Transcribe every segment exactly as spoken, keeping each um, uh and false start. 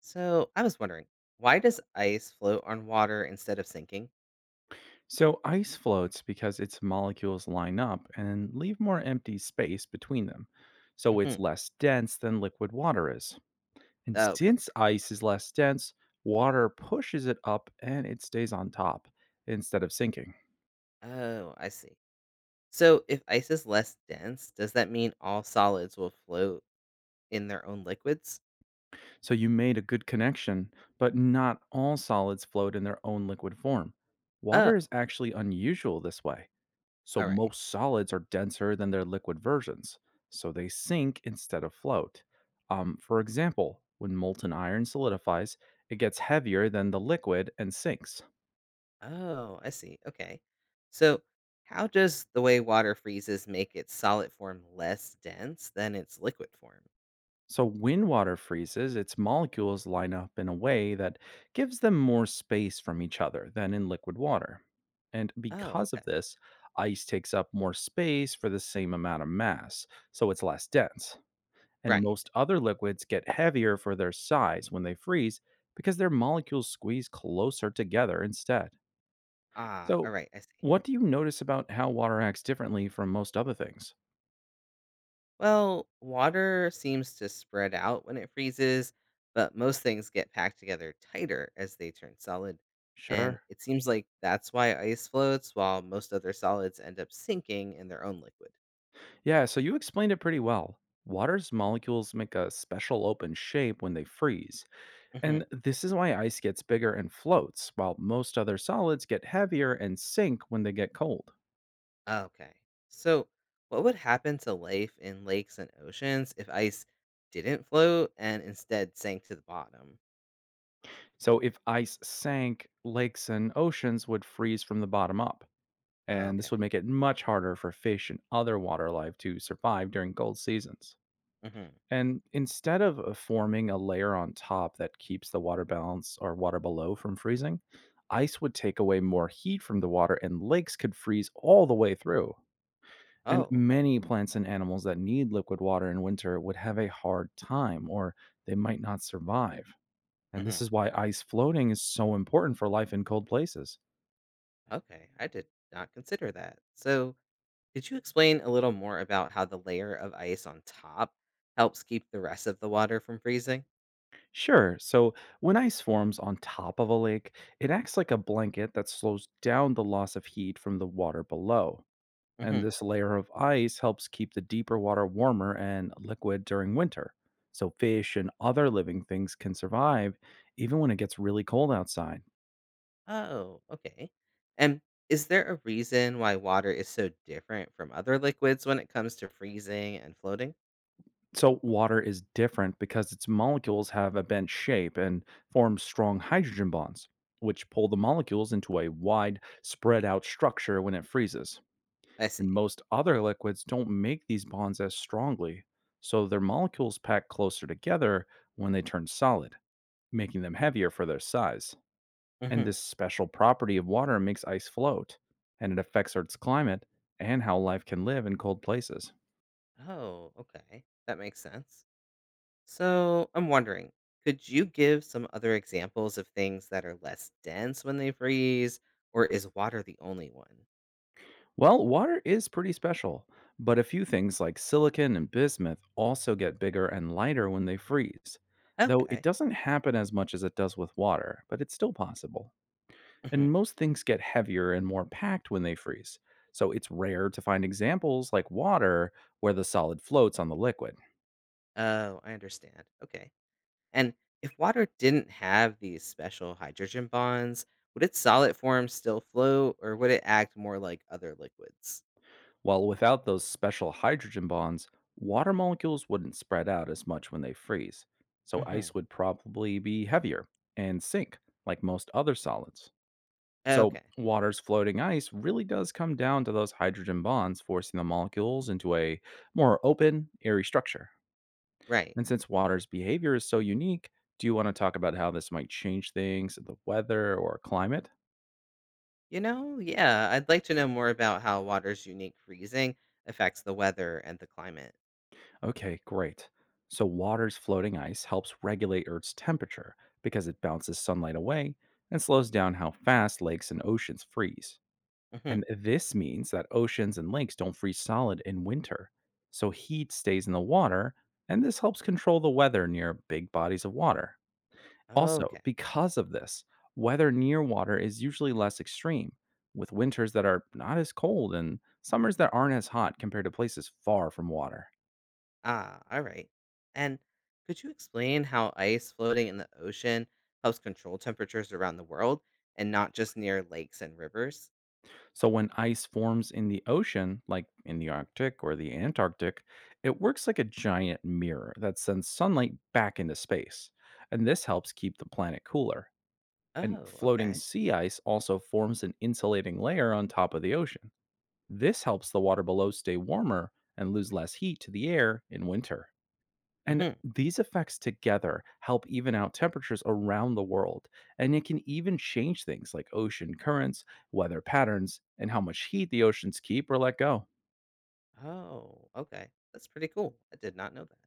So I was wondering, why does ice float on water instead of sinking? So ice floats because its molecules line up and leave more empty space between them. So it's Hmm. less dense than liquid water is. And Okay. since ice is less dense, water pushes it up and it stays on top instead of sinking. Oh, I see. So if ice is less dense, does that mean all solids will float in their own liquids? So you made a good connection, but not all solids float in their own liquid form. Oh, Water is actually unusual this way. So all right. most solids are denser than their liquid versions, so they sink instead of float. Um, for example, when molten iron solidifies, it gets heavier than the liquid and sinks. Oh, I see. Okay. So how does the way water freezes make its solid form less dense than its liquid form? So when water freezes, its molecules line up in a way that gives them more space from each other than in liquid water. And Oh, because of okay. this, ice takes up more space for the same amount of mass, so it's less dense. And Right. most other liquids get heavier for their size when they freeze because their molecules squeeze closer together instead. Ah, all So, right. I see. what do you notice about how water acts differently from most other things? Well, water seems to spread out when it freezes, but most things get packed together tighter as they turn solid. And Sure. it seems like that's why ice floats, while most other solids end up sinking in their own liquid. Yeah, so you explained it pretty well. Water's molecules make a special open shape when they freeze. Hmm. And this is why ice gets bigger and floats, while most other solids get heavier and sink when they get cold. Okay. So, what would happen to life in lakes and oceans if ice didn't float and instead sank to the bottom? So, if ice sank, lakes and oceans would freeze from the bottom up. And this would Okay. make it much harder for fish and other water life to survive during cold seasons. Hmm. And instead of uh, forming a layer on top that keeps the water balance or water below from freezing, ice would take away more heat from the water and lakes could freeze all the way through. And Oh, okay. many plants and animals that need liquid water in winter would have a hard time or they might not survive. And this Hmm. is why ice floating is so important for life in cold places. Okay. I did not consider that. So, could you explain a little more about how the layer of ice on top helps keep the rest of the water from freezing? Sure. So when ice forms on top of a lake, it acts like a blanket that slows down the loss of heat from the water below. And Hmm. this layer of ice helps keep the deeper water warmer and liquid during winter. So fish and other living things can survive even when it gets really cold outside. Oh, okay. And is there a reason why water is so different from other liquids when it comes to freezing and floating? So water is different because its molecules have a bent shape and form strong hydrogen bonds, which pull the molecules into a wide, spread out structure when it freezes. I And see. most other liquids don't make these bonds as strongly, so their molecules pack closer together when they turn solid, making them heavier for their size. And Hmm. this special property of water makes ice float, and it affects Earth's climate and how life can live in cold places. Oh, okay. That makes sense. So I'm wondering, could you give some other examples of things that are less dense when they freeze, or is water the only one? Well, water is pretty special, but a few things like silicon and bismuth also get bigger and lighter when they freeze, though it Okay. doesn't happen as much as it does with water, but it's still possible. And Hmm. most things get heavier and more packed when they freeze, so it's rare to find examples like water where the solid floats on the liquid. Oh, I understand. Okay. And if water didn't have these special hydrogen bonds, would its solid form still float or would it act more like other liquids? While without those special hydrogen bonds, water molecules wouldn't spread out as much when they freeze, so ice Hmm. would probably be heavier and sink like most other solids. So, Okay, water's floating ice really does come down to those hydrogen bonds forcing the molecules into a more open, airy structure. right. And since water's behavior is so unique, do you want to talk about how this might change things, the weather or climate? You know, yeah, I'd like to know more about how water's unique freezing affects the weather and the climate. Okay, great. So, water's floating ice helps regulate Earth's temperature because it bounces sunlight away and slows down how fast lakes and oceans freeze. Hmm. And this means that oceans and lakes don't freeze solid in winter. So, heat stays in the water, and this helps control the weather near big bodies of water. Also, Okay. because of this, weather near water is usually less extreme, with winters that are not as cold and summers that aren't as hot compared to places far from water. Ah, all right. And could you explain how ice floating in the ocean helps control temperatures around the world and not just near lakes and rivers? So, when ice forms in the ocean, like in the Arctic or the Antarctic, it works like a giant mirror that sends sunlight back into space. And this helps keep the planet cooler. And Oh, floating okay. sea ice also forms an insulating layer on top of the ocean. This helps the water below stay warmer and lose less heat to the air in winter. And Hmm. these effects together help even out temperatures around the world. And it can even change things like ocean currents, weather patterns, and how much heat the oceans keep or let go. Oh, okay. That's pretty cool. I did not know that.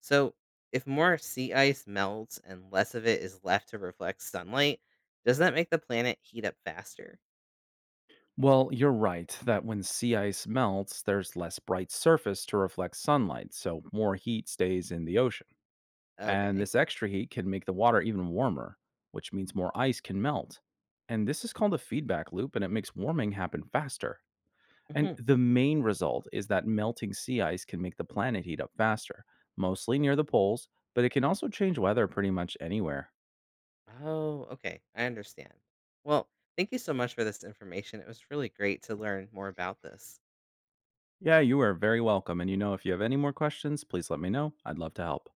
So, if more sea ice melts and less of it is left to reflect sunlight, does that make the planet heat up faster? Well, you're right that when sea ice melts, there's less bright surface to reflect sunlight, so more heat stays in the ocean. And Okay. this extra heat can make the water even warmer, which means more ice can melt. And this is called a feedback loop, and it makes warming happen faster. And Hmm. the main result is that melting sea ice can make the planet heat up faster, mostly near the poles, but it can also change weather pretty much anywhere. Oh, okay. I understand. Well, thank you so much for this information. It was really great to learn more about this. Yeah, you are very welcome. And you know, if you have any more questions, please let me know. I'd love to help.